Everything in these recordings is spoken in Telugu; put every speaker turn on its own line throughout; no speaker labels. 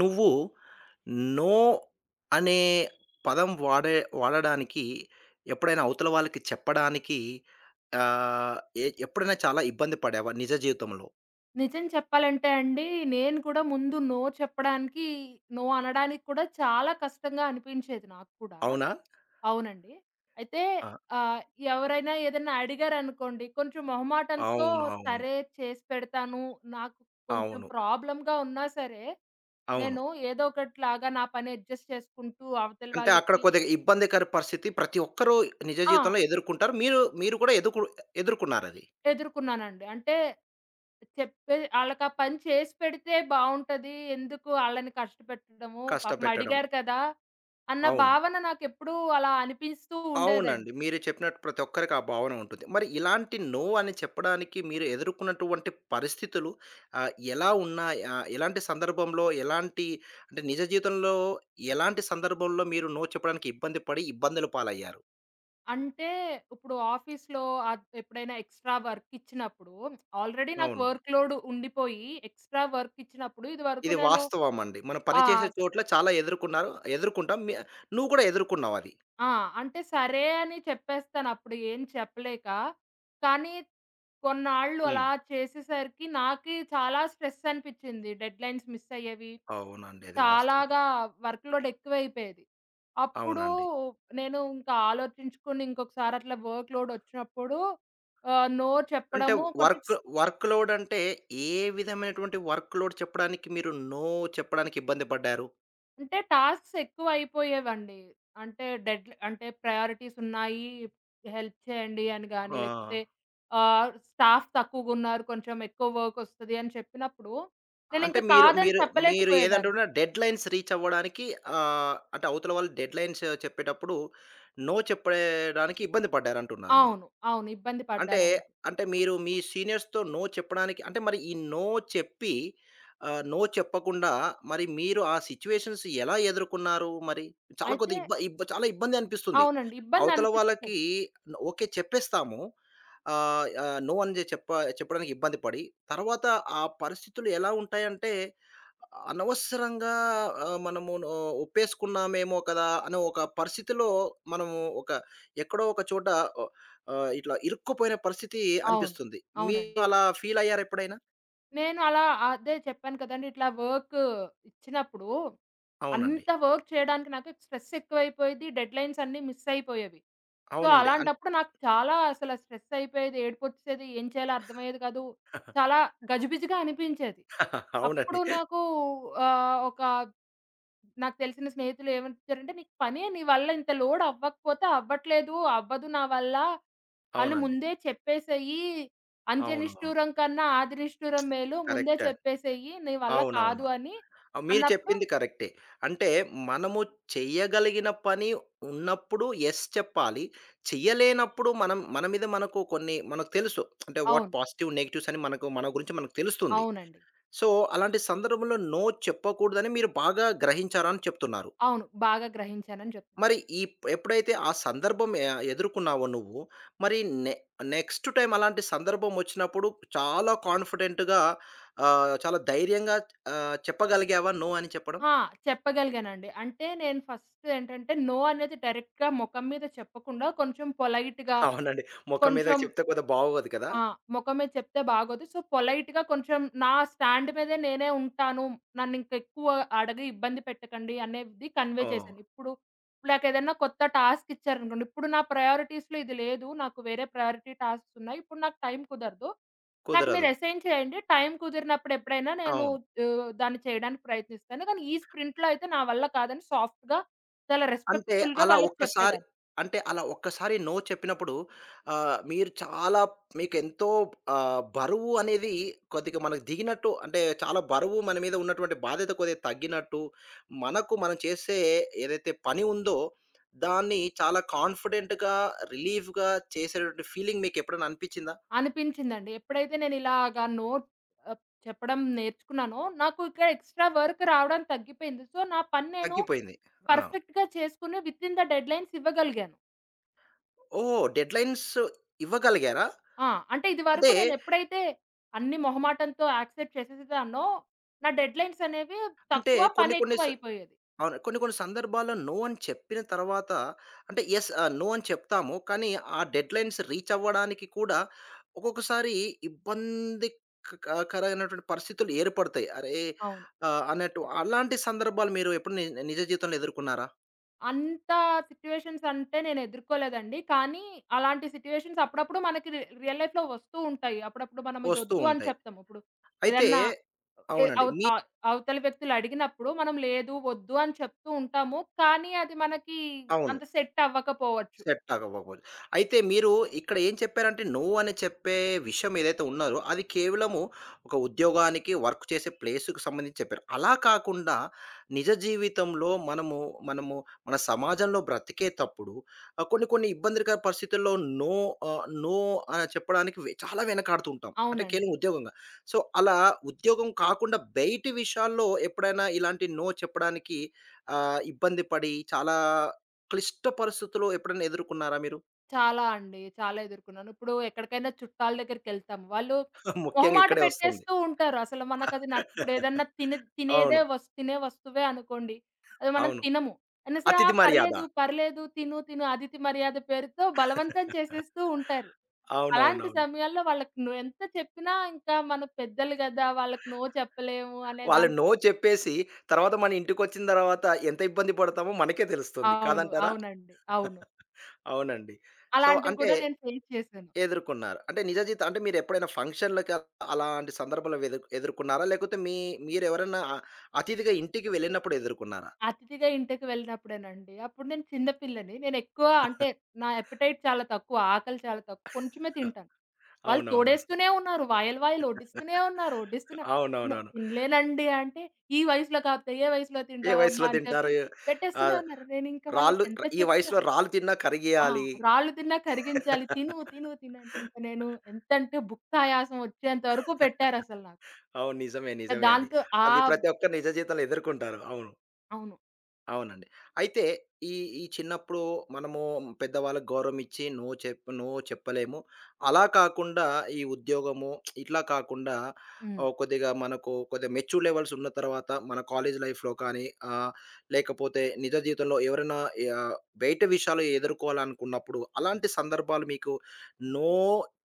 నువ్వు నో అనే పదం వాడడానికి ఎప్పుడైనా అవతల వాళ్ళకి చెప్పడానికి ఆహ్, ఎప్పుడైనా చాలా ఇబ్బంది పడావా నిజ జీవితంలో?
నిజం చెప్పాలంటే అండి, నేను కూడా ముందు నో చెప్పడానికి, నో అనడానికి కూడా చాలా కష్టంగా అనిపించేది నాకు కూడా.
అవునా?
అవునండి. అయితే
ఆ!
ఆహ్, ఎవరైనా ఏదైనా అడిగారనుకోండి, కొంచెం మొహమాటంతో
అవును. అవును.
సరే చేసి పెడతాను. నాకు కొంచెం
అవును.
ప్రాబ్లమ్‌గా ఉన్నా సరే,
అవును.
నేను ఏదో ఒకటిలాగా నా పని అడ్జస్ట్ చేసుకుంటూ అవతల
అంటే అక్కడ
వాళ్ళకి.
కొద్దిగా ఇబ్బందికర పరిస్థితి ప్రతి ఒక్కరూ నిజ
ఆ!
జీవితంలో ఎదుర్కొంటారు. మీరు మీరు కూడా ఎదుర్కొన్నారది.
ఎదుర్కొన్నానండి. అంటే చెప్పే ఆళ్ళకా పని చేసి పెడితే బావుంటది. ఎందుకు ఆళ్ళని కష్టపెట్టడము, పాపం
కష్టపెట్టడం.
అడిగారు కదా! అన్న
అవును.
భావన నాకెప్పుడూ అలా అనిపిస్తూ ఉండేదండి.
అవునండి. మీరు చెప్పినట్టు ప్రతి ఒక్కరికి ఆ భావన ఉంటుంది. మరి ఇలాంటి నో అని చెప్పడానికి మీరు ఎదుర్కొన్నటువంటి పరిస్థితులు ఎలా ఉన్నాయి? ఎలాంటి సందర్భంలో, అంటే నిజ జీవితంలో ఎలాంటి సందర్భంలో మీరు నో చెప్పడానికి ఇబ్బంది పడి, ఇబ్బందుల పాలయ్యారు?
అంటే ఇప్పుడు ఆఫీస్‌లో ఎప్పుడైనా ఎక్స్‌ట్రా వర్క్ ఇచ్చినప్పుడు, ఆల్రెడీ నాకు
అవును.
వర్క్ లోడ్ ఉండిపోయి ఎక్స్‌ట్రా వర్క్ ఇచ్చినప్పుడు ఇదివరకు
ఇది
నేను
వాస్తవం అండి. మనం పని
ఆ!
చేసే చోట్ల చాలా ఎదుర్కొంటాం. నువ్వు కూడా ఎదుర్కొన్నావది.
ఆ! అంటే సరే అని చెప్పేస్తాను, అప్పుడు ఏం చెప్పలేక. కానీ కొన్నాళ్ళు
హ్మ్.
అలా చేసేసరికి నాకి చాలా స్ట్రెస్ అనిపిచ్చింది. డెడ్‌లైన్స్ మిస్ అయ్యేవి.
అవునండి. అది వాస్తవం.
చాలాగా వర్క్ లోడ్ ఎక్కువైపోయేది. అప్పుడు
అవునండి.
నేను ఇంకా ఆలోచించుకొని ఇంకొకసారి అట్లా వర్క్ లోడ్ వచ్చినప్పుడు నో
అంటే
చెప్పడము కొంచెం
వర్క్ వర్క్ లోడ్ అంటే ఏ విధమైనటువంటి వర్క్ లోడ్ చెప్పడానికి మీరు నో చెప్పడానికి ఇబ్బంది పడ్డారు?
అంటే టాస్క్స్ ఎక్కువైపోయేవండి. అంటే డెడ్‌లీ అంటే ప్రయారిటీస్ ఉన్నాయి. హెల్ప్ చేయండి అని గాని,
ఆ!
లేకపోతే స్టాఫ్ తక్కువగున్నారు, కొంచెం ఎక్కువ వర్క్ వస్తది అని చెప్పినప్పుడు
అంటే
నేనింక
మీరు
కాదని
మీరు మీరు
చెప్పలేకపోయేదాన్ని.
ఏదంటున్నా డెడ్‌లైన్స్ రీచ్ అవ్వడానికి అంటే అవతల వాళ్ళు డెడ్‌లైన్స్ చెప్పేటప్పుడు నో చెప్పడానికి ఇబ్బంది పడ్డారంటున్నారు మీరు.
అవును. అవును, ఇబ్బంది
అంటే,
పడ్డానండి.
అంటే మీరు మీ సీనియర్స్‌తో నో చెప్పడానికి అంటే మరి ఈ నో చెప్పి నో చెప్పకుండా మరి మీరు ఆ సిట్యుయేషన్స్ ఎలా ఎదుర్కొన్నారు మరి? చాలా
అయితే
కొద్దిగా ఇబ్బ ఇబ్బ చాలా ఇబ్బంది అనిపిస్తుంది.
అవునండి,
అవతల వాళ్ళకి
ఇబ్బందనిపిస్తది.
ఓకే చెప్పేస్తాము. ఆహ్, ఆహ్, నో అని చెప్ప చెప్పడానికి ఇబ్బంది పడి, తర్వాత ఆ పరిస్థితులు ఎలా ఉంటాయంటే అనవసరంగా మనము నో ఒప్పేసుకున్నామేమో కదా! అనే ఒక పరిస్థితిలో మనము ఎక్కడో ఒక చోట ఇట్లా ఇరుక్కుపోయిన పరిస్థితి
అవును.
అనిపిస్తుంది.
అవునండి.
మీరు అలా ఫీల్ అయ్యారా ఎప్పుడైనా?
నేను అలా, అదే చెప్పాను కదండీ! ఇట్లా వర్క్ ఇచ్చినప్పుడు,
అవునండి.
అంత వర్క్ చేయడానికి నాకు స్ట్రెస్ ఎక్కువైపోయేది. డెడ్‌లైన్స్ అన్నీ మిస్ అయిపోయేవి. సో,
అవునండి.
అలాంటప్పుడు నాకు చాలా అసల స్ట్రెస్ అయిపోయేది. ఏడుపొచ్చేసేది. ఏం చేయాలో అర్థమయ్యేది కాదు. చాలా గజిబిజిగా అనిపించేది.
అవునండి.
అప్పుడు నాకు ఒక నాకు తెలిసిన స్నేహితులు ఏమని చెప్పారంటే, "నీకు పనే, నీ వల్ల ఇంత లోడ్ అవ్వకపోతే అవ్వట్లేదు. అవ్వదు నా వల్ల." ఆళ్ళు
అవునండి.
ముందే చెప్పేసేయి. అంత్య
అవునవును.
నిష్ఠూరం కన్నా ఆది నిష్ఠూరం మేలు. ముందే
కరెక్టే.
చెప్పేసేయి, నీ వల్ల
అవునవును.
కాదు అని
మీరు
అన్నప్పుడు.
చెప్పింది కరెక్టే. అంటే మనము చెయ్యగలిగిన పని ఉన్నప్పుడు యెస్ చెప్పాలి. చెయ్యలేనప్పుడు మనం మన మీద మనకు కొన్ని మనకు తెలుసు. అంటే వాట్
అవును.
పాజిటివ్, నెగెటివ్స్ అని మనకు మన గురించి మనకు తెలుస్తుంది.
అవునండి.
సో, అలాంటి సందర్భంలో నో చెప్పకూడదని మీరు బాగా గ్రహించారని చెప్తున్నారు.
అవును, బాగా గ్రహించానని చెప్పింది.
మరి ఈ ఎప్పుడైతే ఆ సందర్భం ఎదుర్కొన్నావో నువ్వు, మరి నె నెక్స్ట్ టైమ్ అలాంటి సందర్భం వచ్చినప్పుడు చాలా కాన్ఫిడెంట్‌గా, చాలా ధైర్యంగా చెప్పగలిగావా నో అని చెప్పడం?
ఆ! చెప్పగలిగానండి. అంటే నేను ఫస్ట్ ఏంటంటే, నో అనేది డైరెక్ట్‌గా మొఖం మీద చెప్పకుండా కొంచెం పొలైట్‌గా,
అవునండి. మొఖం
కొంచెం
మీదకి చెప్తే కొద్దిగా బాగోదు కదా!
ఆ! మొఖం మీద చెప్తే బాగోదు. సో, పొలైట్‌గా కొంచెం నా స్టాండ్ మీదే నేనే ఉంటాను. నన్నింకెక్కువ అడగి ఇబ్బంది పెట్టకండి అనేది కన్వే
ఓహ్!
చేశాను. ఇప్పుడు ఇప్పుడు నాకేదన్నా కొత్త టాస్క్ ఇచ్చారనుకోండి, ఇప్పుడు నా ప్రయారిటీస్‌లో ఇది లేదు. నాకు వేరే ప్రయారిటీ టాస్క్స్ ఉన్నాయి. ఇప్పుడు నాకు టైం కుదరదు. నాకు మీరు
కుదరదు.
అసైన్ చేయండి. టైం కుదిరినప్పుడు ఎప్పుడైనా నేను
అవును.
దాన్ని చేయడానికి ప్రయత్నిస్తాను. కానీ ఈ స్ప్రింట్‌లో అయితే నా వల్ల కాదని సాఫ్ట్‌గా, చాలా
అంటే
రెస్పెక్ట్‌ఫుల్‌గా
అలా
వాళ్ళకి
ఒక్కసారి
చెప్పేదాన్ని.
అంటే అలా ఒక్కసారి నో చెప్పినప్పుడు మీరు చాలా మీకెంతో బరువు అనేది కొద్దిగా మనకు దిగినట్టు అంటే చాలా బరువు మన మీద ఉన్నటువంటి బాధ్యత కొద్దిగా తగ్గినట్టు, మనకు మనం చేసే ఏదైతే పని ఉందో దాన్ని చాలా కాన్ఫిడెంట్‌గా, రిలీఫ్‌గా చేసేటటువంటి ఫీలింగ్ మీకెప్పుడైనా అనిపిచ్చిందా?
అనిపించిందండి. ఎప్పుడైతే నేనిలాగా నో ఆహ్, చెప్పడం నేర్చుకున్నానో, నాకు ఇక్కడ ఎక్స్‌ట్రా వర్క్ రావడం తగ్గిపోయింది. సో, నా పని నేను
తగ్గిపోయింది. ఆ!
పర్ఫెక్ట్‌గా చేసుకుని వితిన్ ద డెడ్‌లైన్స్ ఇవ్వగలిగాను.
ఓహ్! డెడ్‌లైన్స్ ఇవ్వగలిగారా?
ఆ! అంటే
అంటే,
ఇదివరకు నేనెప్పుడైతే అన్ని మొహమాటంతో యాక్సెప్ట్ చేసేసేదాన్నో, నా డెడ్‌లైన్స్ అనేవి
అంటే
తక్కువ,
కొన్ని కొన్ని
పనెక్కువ అయిపోయేది.
అవును. కొన్ని కొన్ని సందర్భాల్లో నో అని చెప్పిన తర్వాత అంటే యెస్, నో అని చెప్తాము. కానీ ఆ డెడ్‌లైన్స్ రీచ్ అవ్వడానికి కూడా ఒక్కొక్కసారి ఇబ్బంది క క కరమైనటువంటి పరిస్థితులు ఏర్పడతాయి. అరే!
అవును.
అన్నట్టు అలాంటి సందర్భాలు మీరు ఎప్పుడు నిజ జీవితంలో ఎదుర్కొన్నారా?
అంత సిట్యుయేషన్స్ అంటే నేను ఎదుర్కోలేదండి. కానీ అలాంటి సిట్యుయేషన్స్ అప్పుడప్పుడు మనకి రియల్ లైఫ్‌లో వస్తూ ఉంటాయి. అప్పుడప్పుడు మనం
వస్తూ
ఇదొద్దు అని
ఉంటాయి.
చెప్తాం. ఇప్పుడు
అయితే
ఏదన్నా ఎ
అవునండి.
అవ ఆహ్, అవతలి వ్యక్తులు అడిగినప్పుడు మనం లేదు, వద్దు అని చెప్తూ ఉంటాము. కానీ అది మనకి
అవును.
అంత సెట్ అవ్వకపోవచ్చు.
సెట్ అవ్వకపోవచ్చు. అయితే మీరు ఇక్కడ ఏం చెప్పారంటే, నో అని చెప్పే విషయం ఏదైతే ఉన్నారో, అది కేవలము ఒక ఉద్యోగానికి, వర్క్ చేసే ప్లేస్‌కి సంబంధించి చెప్పారు. అలా కాకుండా నిజ జీవితంలో మనము మన సమాజంలో బ్రతికేతప్పుడు కొన్ని కొన్ని ఇబ్బందికర పరిస్థితుల్లో నో నో అని చెప్పడానికి చాలా వెనకాడుతూ ఉంటాం. అంటే
అవునండి.
కేవలం ఉద్యోగంగా. సో, అలా ఉద్యోగం కాకుండా బయటి విషయాల్లో ఎప్పుడైనా ఇలాంటి నో చెప్పడానికి ఇబ్బంది పడి చాలా క్లిష్ట పరిస్థితులు ఎప్పుడైనా ఎదుర్కున్నారా మీరు?
చాలా అండి, చాలా ఎదుర్కున్నాను. ఇప్పుడు ఎక్కడికైనా చుట్టాల దగ్గరికెళ్తాము. వాళ్ళు
ముఖ్యంగా
మొహమాట
ఇక్కడే వస్తుంది.
పెట్టేస్తూ ఉంటారు. అసలు మనకది ఇప్పుడేదన్నా తిని తినేదే
అవును.
వస్ తినే వస్తువే అనుకోండి. అది మనం
అవును.
తినము. అయినా సరే, "ఆ!
అతిథి మర్యాద.
పర్లేదు, పర్లేదు. తిను, తిను" అతిథి మర్యాద పేరుతో బలవంతం చేసేస్తూ ఉంటారు. అలాంటి
అవునవునవును.
సమయాల్లో వాళ్ళకి నువ్వు ఎంత చెప్పినా, ఇంకా మన పెద్దలు గదా! వాళ్ళకి నో చెప్పలేము అనే
వాళ్ళు నో
దాంతో.
చెప్పేసి తర్వాత మన ఇంటికొచ్చిన తర్వాత ఎంత ఇబ్బంది పడతామో మనకే తెలుస్తుంది.
అవును.
కాదంటారా?
అవునండి. అవును.
అవునండి. సో,
అలాంటివి
అంటే
కూడా నేను ఫేస్ చేశాను.
ఎదుర్కొన్నారు. అంటే నిజ జీవితం అంటే మీరెప్పుడైనా ఫంక్షన్‌లకి అలాంటి సందర్భాలు ఎదుర్కొన్నారా? లేకపోతే మీరెవరైనా అతిథిగా ఇంటికి వెళ్ళినప్పుడు ఎదుర్కొన్నారా?
అతిథిగా ఇంటికి వెళ్ళినప్పుడేనండి. అప్పుడు నేను చిన్న పిల్లని. నేనెక్కువ అంటే, నా అపెటైట్ చాలా తక్కువ. ఆకలి చాలా తక్కువ. కొంచెమే తింటాను. వాళ్ళు
అవునవునవును.
తోడేస్తూనే ఉన్నారు. వాయలు వాయలు వడ్డిస్తూనే ఉన్నారు. వడ్డిస్తున్నా నేను
అవునవునవును.
తినలేనండి అంటే, "ఈ వయసులో కాపోతే ఏ వయసులో
ఏ
తింటావమ్మా"
వయసులో
అని
తింటారు?
చెప్పి
ఆ!
పెట్టేస్తూనే ఉన్నారు. నేనింక
రాళ్ళు
వాళ్ళకెంత
ఈ
చెప్పినా
వయసులో రాళ్ళు తిన్నా
ఆ!
కరిగియాలి.
రాళ్ళు తిన్నా కరిగించాలి, తిను, తిను, తిను అంటే ఇంక నేను ఎంతంటే భుక్తాయాసం వచ్చేంత వరకు పెట్టారసలు నాకు.
అవును. నిజమే. నిజమే అది.
దాంతో ఆ.
అది ప్రతి ఒక్కరు నిజ జీవితంలో ఎదుర్కొంటారు. అవును.
అవును.
అవునండి. అయితే ఈ ఈ చిన్నప్పుడు మనము పెద్దవాళ్ళకి గౌరవం ఇచ్చి నో నో చెప్పలేము. అలా కాకుండా ఈ ఉద్యోగము ఇట్లా కాకుండా
హ్మ్.
కొద్దిగా మనకు కొద్దిగా మెచ్యూర్ లెవెల్స్ ఉన్న తర్వాత మన కాలేజ్ లైఫ్‌లో కానీ ఆహ్, లేకపోతే నిజ జీవితంలో ఎవరైనా ఆహ్, బయట విషయాలు ఎదుర్కోవాలనుకున్నప్పుడు అలాంటి సందర్భాలు మీకు నో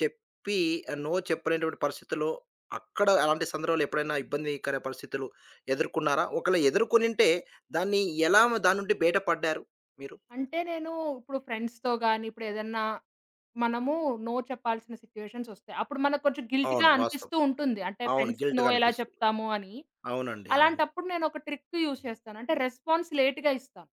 చెప్పి నో చెప్పలేనటువంటి పరిస్థితుల్లో అక్కడ అలాంటి సందర్భాలు ఎప్పుడైనా ఇబ్బందికర పరిస్థితులు ఎదుర్కొన్నారా? ఒకవేళ ఎదుర్కొనుంటే దాన్ని ఎలా మ దాని నుండి బయట పడ్డారు మీరు?
అంటే నేను ఇప్పుడు ఫ్రెండ్స్‌తో గాని, ఇప్పుడేదన్నా మనము నో చెప్పాల్సిన సిట్యుయేషన్స్ ఒస్తాయి. అప్పుడు మనకు కొంచెం గిల్ట్‌గా
అవును. వాస్తవం.
అనిపిస్తూ ఉంటుంది. అంటే
అవును.
ఫ్రెండ్స్‌కి నో
గిల్ట్‌గా
ఎలా
అనిపిస్తుంది.
చెప్తాము అని.
అవునండి. అవును.
అలాంటప్పుడు నేనొక ట్రిక్ యూజ్ చేస్తాను. అంటే రెస్పాన్స్ లేట్‌గా ఇస్తాను.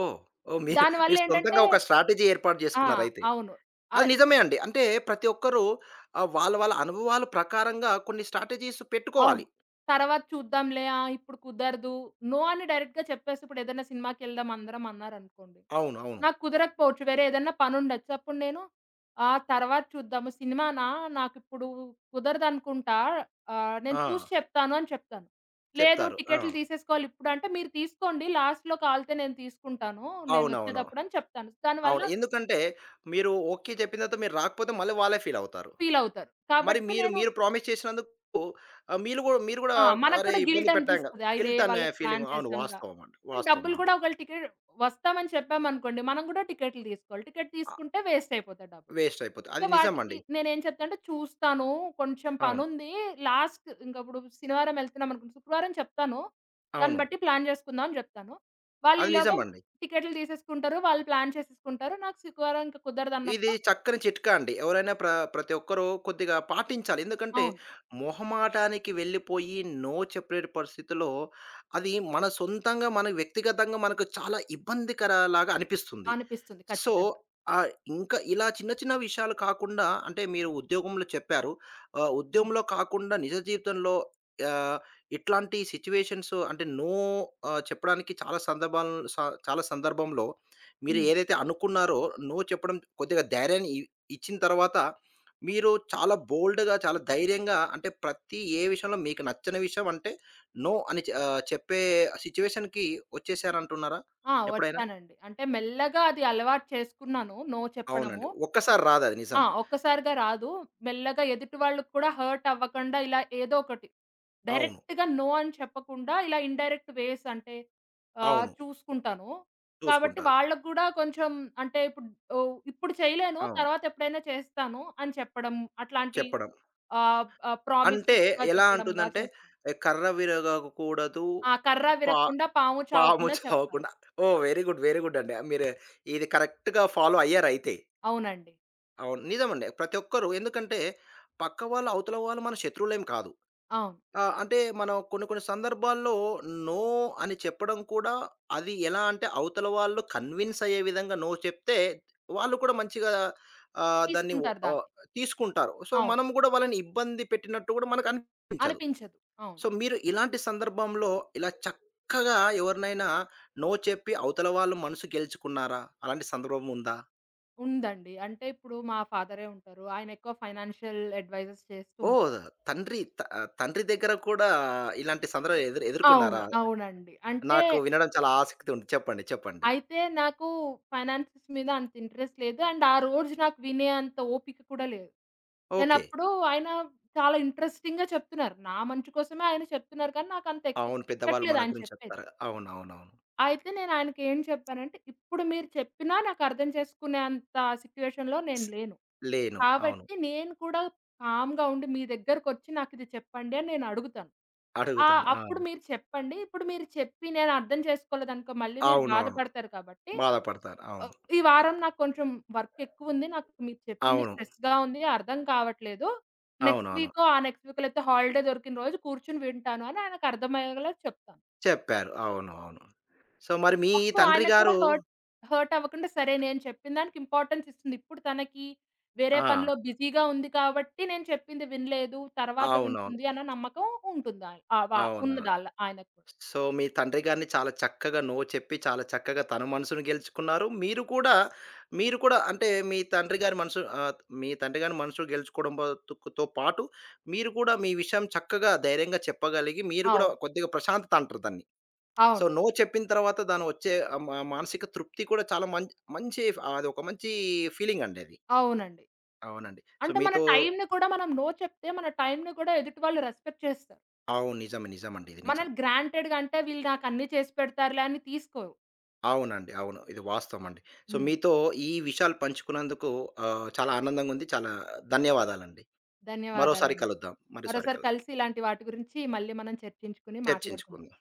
ఓహ్! ఓహ్! మీరు మీరు
దానివల్లేంటంటే
సొంతంగా ఒక స్ట్రాటజీ ఏర్పాటు
ఆ!
చేసుకున్నారయితే.
అవును.
అది
ఆహ్,
నిజమే అండి. అంటే ప్రతి ఒక్కరు వాళ్ళ వాళ్ళ అనుభవాల ప్రకారంగా కొన్ని స్ట్రాటజీస్
అవును.
పెట్టుకోవాలి.
తర్వాత చూద్దాంలే. ఆ! ఇప్పుడు కుదరదు. నో అని డైరెక్ట్‌గా చెప్పేసి, ఇప్పుడేదైనా సినిమాకెళ్దాం అందరం అన్నారనుకోండి,
అవును. అవును.
నాకు కుదరకపోవచ్చు. వేరే ఏదన్నా పనుండొచ్చు. అప్పుడు నేను ఆ! తర్వాత చూద్దాము. సినిమానా, నాకిప్పుడు కుదరదనుకుంటా. నేను
ఆ!
చూసి చెప్తాను అని చెప్తాను. లేదు,
చెప్తారు. ఆ!
టికెట్లు తీసేసుకోవాలి ఇప్పుడంటే, మీరు తీసుకోండి. లాస్ట్‌లో కావాలితే నేను తీసుకుంటాను
అవునవును. అవును.
నేనొచ్చేటప్పుడు అని చెప్తాను. దానివల్ల
అవును. ఎందుకంటే మీరు ఓకే చెప్పిన తర్వాత మీరు రాకపోతే మళ్ళీ వాళ్ళే ఫీల్ అవుతారు.
ఫీలవుతారు.
మరి
కాబట్టి
మీరు
నేను
మీరు ప్రామిస్ చేసినందుకు మీరు గూడా
ఆ! మనకు
అరే!
కూడా
ఇబ్బంది
గిల్ట్
పెట్టాం గదా!
అనిపిస్తది. అరే!
గిల్ట్ అనే
వాళ్ళకి ప్లాన్
ఫీలింగ్, అవును.
చేశాంగా.
వాస్తవం అండి. వాస్తవం
డబ్బులు
అండి.
కూడా, ఒకవేళ టికెట్ వస్తామని చెప్పామనుకోండి, మనం కూడా టికెట్లు తీసుకోవాలి. టికెట్
ఆహ్,
తీసుకుంటే వేస్ట్ అయిపోతాయి డబ్బులు.
వేస్ట్ అయిపోతది.
సో,
అది
వాటికి
నిజమండి.
నేనేం చెప్తానంటే, చూస్తాను, కొంచెం
అవును.
పనుంది. లాస్ట్ ఇంక, ఇప్పుడు శనివారం ఎళ్తున్నామనుకోండి, శుక్రవారం చెప్తాను. దాన్ని
అవును.
బట్టి ప్లాన్ చేసుకుందాం అని జెప్తాను. వాళ్ళు
అది
ఈలోగా
నిజమండి.
టికెట్లు తీసేసుకుంటారు. వాళ్ళు ప్లాన్ చేసేసుకుంటారు. నాకు శుక్రవారం ఇంక
ఇది
కుదరదన్నప్పుడు.
చక్కని చిట్కా అండి. ఎవరైనా ప్రతి ఒక్కరు కొద్దిగా పాటించాలి. ఎందుకంటే,
అవును.
మొహమాటానికి వెళ్ళిపోయి నో చెప్పలేని పరిస్థితిలో అది మన సొంతంగా, మన వ్యక్తిగతంగా మనకు చాలా ఇబ్బందికరలాగా అనిపిస్తుంది.
అనిపిస్తుంది
సో,
ఖచ్చితంగా.
ఆహ్, ఇంకా ఇలా చిన్న చిన్న విషయాలు కాకుండా అంటే మీరు ఉద్యోగంలో చెప్పారు.
హ్మ్.
ఉద్యోగంలో కాకుండా నిజ జీవితంలో ఆహ్, ఇట్లాంటి సిట్యుయేషన్స్ అంటే నో చెప్పడానికి చాలా సందర్భాలను స చాలా సందర్భంలో మీరు
హ్మ్.
ఏదైతే అనుకున్నారో, నో చెప్పడం కొద్దిగా ధైర్యాన్ని ఇచ్చిన తర్వాత, మీరు చాలా బోల్డ్‌గా, చాలా ధైర్యంగా అంటే ప్రతి ఏ విషయంలో మీకు నచ్చని విషయం అంటే, నో అని చెప్పే సిట్యుయేషన్‌కి వచ్చేసారంటున్నారా
ఆ!
ఎప్పుడైనా?
వచ్చానండి. అంటే మెల్లగా అది అలవాటు చేసుకున్నాను, నో
అవునండి.
చెప్పడము.
ఒక్కసారి రాదది నిజం.
ఆ! ఒక్కసారిగా రాదు. మెల్లగా ఎదుటి వాళ్ళకి కూడా హర్ట్ అవ్వకండా ఇలా ఏదో ఒకటి.
అవును.
డైరెక్ట్‌గా నో అని చెప్పకుండా ఇలా ఇన్‌డైరెక్ట్ వేస్ అంటే
అవును.
చూసుకుంటాను. కాబట్టి
చూసుకుంటారు.
వాళ్ళకి కూడా కొంచెం అంటే ఇప్పుడు ఓహ్, ఇప్పుడు చేయలేను,
అవును.
తర్వాత ఎప్పుడైనా చేస్తాను అని చెప్పడం. అట్లాంటి
చెప్పడం.
ఆహ్, ఆహ్,
అంటే
ప్రామిసెస్‌గా
ఎలా
చెప్పడంగా
అంటుందంటే,
చేస్తాను.
"ఏ, కర్ర విరగకూడదు,
ఆ! కర్ర
పా
విరక్కుండా, పాము
పాము
చావకుండా చెప్పాలి.
చావకుండా." ఓహ్! Very good. వెరీ గుడ్ అండి. మీరు ఇది కరెక్ట్‌గా ఫాలో అయ్యారయితే.
అవునండి.
అవును. నిజమండి. ప్రతి ఒక్కరు ఎందుకంటే, పక్క వాళ్ళు, అవతల వాళ్ళు మన శత్రువులేం కాదు.
అవును,
అంటే మనం కొన్ని కొన్ని సందర్భాల్లో నో అని చెప్పడం కూడా అది ఎలా అంటే అవతల వాళ్ళు కన్విన్స్ అయ్యే విధంగా నో చెప్తే, వాళ్ళు కూడా మంచిగా దాన్ని
తీసుకుంటారు దాన్ని.
తీసుకుంటారు. సో,
అవును,
మనం కూడా వాళ్ళని ఇబ్బంది పెట్టినట్టు కూడా మనకు అనిపించదు.
అనిపించదు. అవును.
సో, మీరు ఇలాంటి సందర్భంలో ఇలా చక్కగా ఎవరినైనా నో చెప్పి అవతల వాళ్ళు మనసు గెలుచుకున్నారా? అలాంటి సందర్భం ఉందా?
ఉందండి. అంటే ఇప్పుడు మా ఫాదరే ఉంటారు. ఆయన ఎక్కువ ఫైనాన్షియల్ అడ్వైజెస్ చేస్తూ
ఓహ్! తండ్రి దగ్గర కూడా ఇలాంటి సందర్భం
అవును.
ఎదుర్కొన్నారా?
అవునండి. అంటే,
నాకు వినడం చాలా ఆసక్తి ఉంది. చెప్పండి. చెప్పండి.
అయితే నాకు ఫైనాన్సెస్ మీద అంత ఇంట్రెస్ట్ లేదు. అండ్ ఆ రోజు నాకు వినే అంత ఓపిక కూడా లేదు.
ఓకే.
నేనప్పుడు, ఆయన చాలా ఇంట్రెస్టింగ్‌గా చెప్తున్నారు. నా మంచి కోసమే ఆయన చెప్తున్నారు, కానీ నాకంత
అవును. పెద్దవాళ్ళు
ఎక్కట్లేదు
మన
ఆయన
గురించి
చెప్పేది.
చెప్తారు. అవునవునవును.
అయితే నేను ఆయనకి ఏం చెప్పానంటే, ఇప్పుడు మీరు చెప్పినా నాకు అర్థం చేసుకునే అంత సిట్యుయేషన్‌లో నేను
స్
లేను.
లేను. అవును.
కాబట్టి నేను కూడా కామ్‌గా ఉండి మీ దగ్గరకొచ్చి నాకిది చెప్పండి అని నేను అడుగుతాను. ఆ!
అడుగుతాను. ఆ!
అప్పుడు మీరు చెప్పండి. ఇప్పుడు మీరు చెప్పి నేను అర్థం చేసుకోలేదనుకో, మళ్ళీ మీరు
అవునవును.
బాధపడతారు కాబట్టి
బాధపడతారు. అవును.
ఆహ్, ఈ వారం నాకు కొంచెం వర్క్ ఎక్కువుంది. నాకు మీరు చెప్పింది
అవును.
స్ట్రెస్‌గా ఉంది. అర్థం కావట్లేదు.
అవునవును.
ఆ నెక్స్ట్ వీకో లేకపోతే హాలిడే దొరికిన రోజు కూర్చొని వింటాను అని ఆయనకు అర్థమయ్యేలా చెప్తాను.
చెప్పారు. అవును. అవును. సో, మరి మీ
అప్పుడు
తండ్రి
ఆయనకు
గారు
కూడా హర్ట్ అవ్వకుండా సరే, నేను చెప్పిన దానికి ఇంపార్టెన్స్ ఇస్తుంది. ఇప్పుడు తనకి వేరే
ఆ!
పనిలో బిజీగా ఉంది కాబట్టి నేను చెప్పింది వినలేదు, తర్వాత
అవునవును.
వింటుంది అన్న నమ్మకం ఉంటుంది. ఆయ ఆహ్, వ
అవునా!
ఉన్నది ఆళ్ళ ఆయనకు కూడా.
సో, మీ తండ్రి గారిని చాలా చక్కగా నో చెప్పి, చాలా చక్కగా తన మనసును గెలుచుకున్నారు. మీరు కూడా అంటే మీ తండ్రి గారి మనసు గెలుచుకోవడం బతుకుతో పాటు, మీరు కూడా మీ విషయం చక్కగా ధైర్యంగా చెప్పగలిగి, మీరు కూడా
అవును.
కొద్దిగా ప్రశాంతత అంటారు దాన్ని. సో,
అవును.
నో చెప్పిన తర్వాత దాని వచ్చే మా మానసిక తృప్తి కూడా చాలా మంచి, మంచి అదొక మంచి ఫీలింగ్ అండి అది.
అవునండి.
అవునండి. సో,
అంటే మన
మీతో
టైమ్‌ని కూడా మనం నో చెప్తే మన టైమ్‌ని కూడా ఎదుటి వాళ్ళు రెస్పెక్ట్ చేస్తారు.
అవును. నిజమే. నిజమండి. ఇది నిజం.
మనల్ని గ్రాంటెడ్‌గా, అంటే వీళ్ళు నాకు అన్నీ చేసి పెడతారులే అని తీసుకోరు.
అవునండి. అవును. ఇది వాస్తవమండి. సో,
హ్మ్.
మీతో ఈ విషయాలు పంచుకున్నందుకు చాలా ఆనందంగుంది. చాలా ధన్యవాదాలండి. మరోసారి
ధన్యవాదాలండి.
కలుద్దాం. మరోసారి
మరోసారి
కలుద్దాం.
కలిసి ఇలాంటి వాటి గురించి మళ్ళీ మనం చర్చించుకొని మాట్లాడుకుందాం.
చర్చించుకుందాం.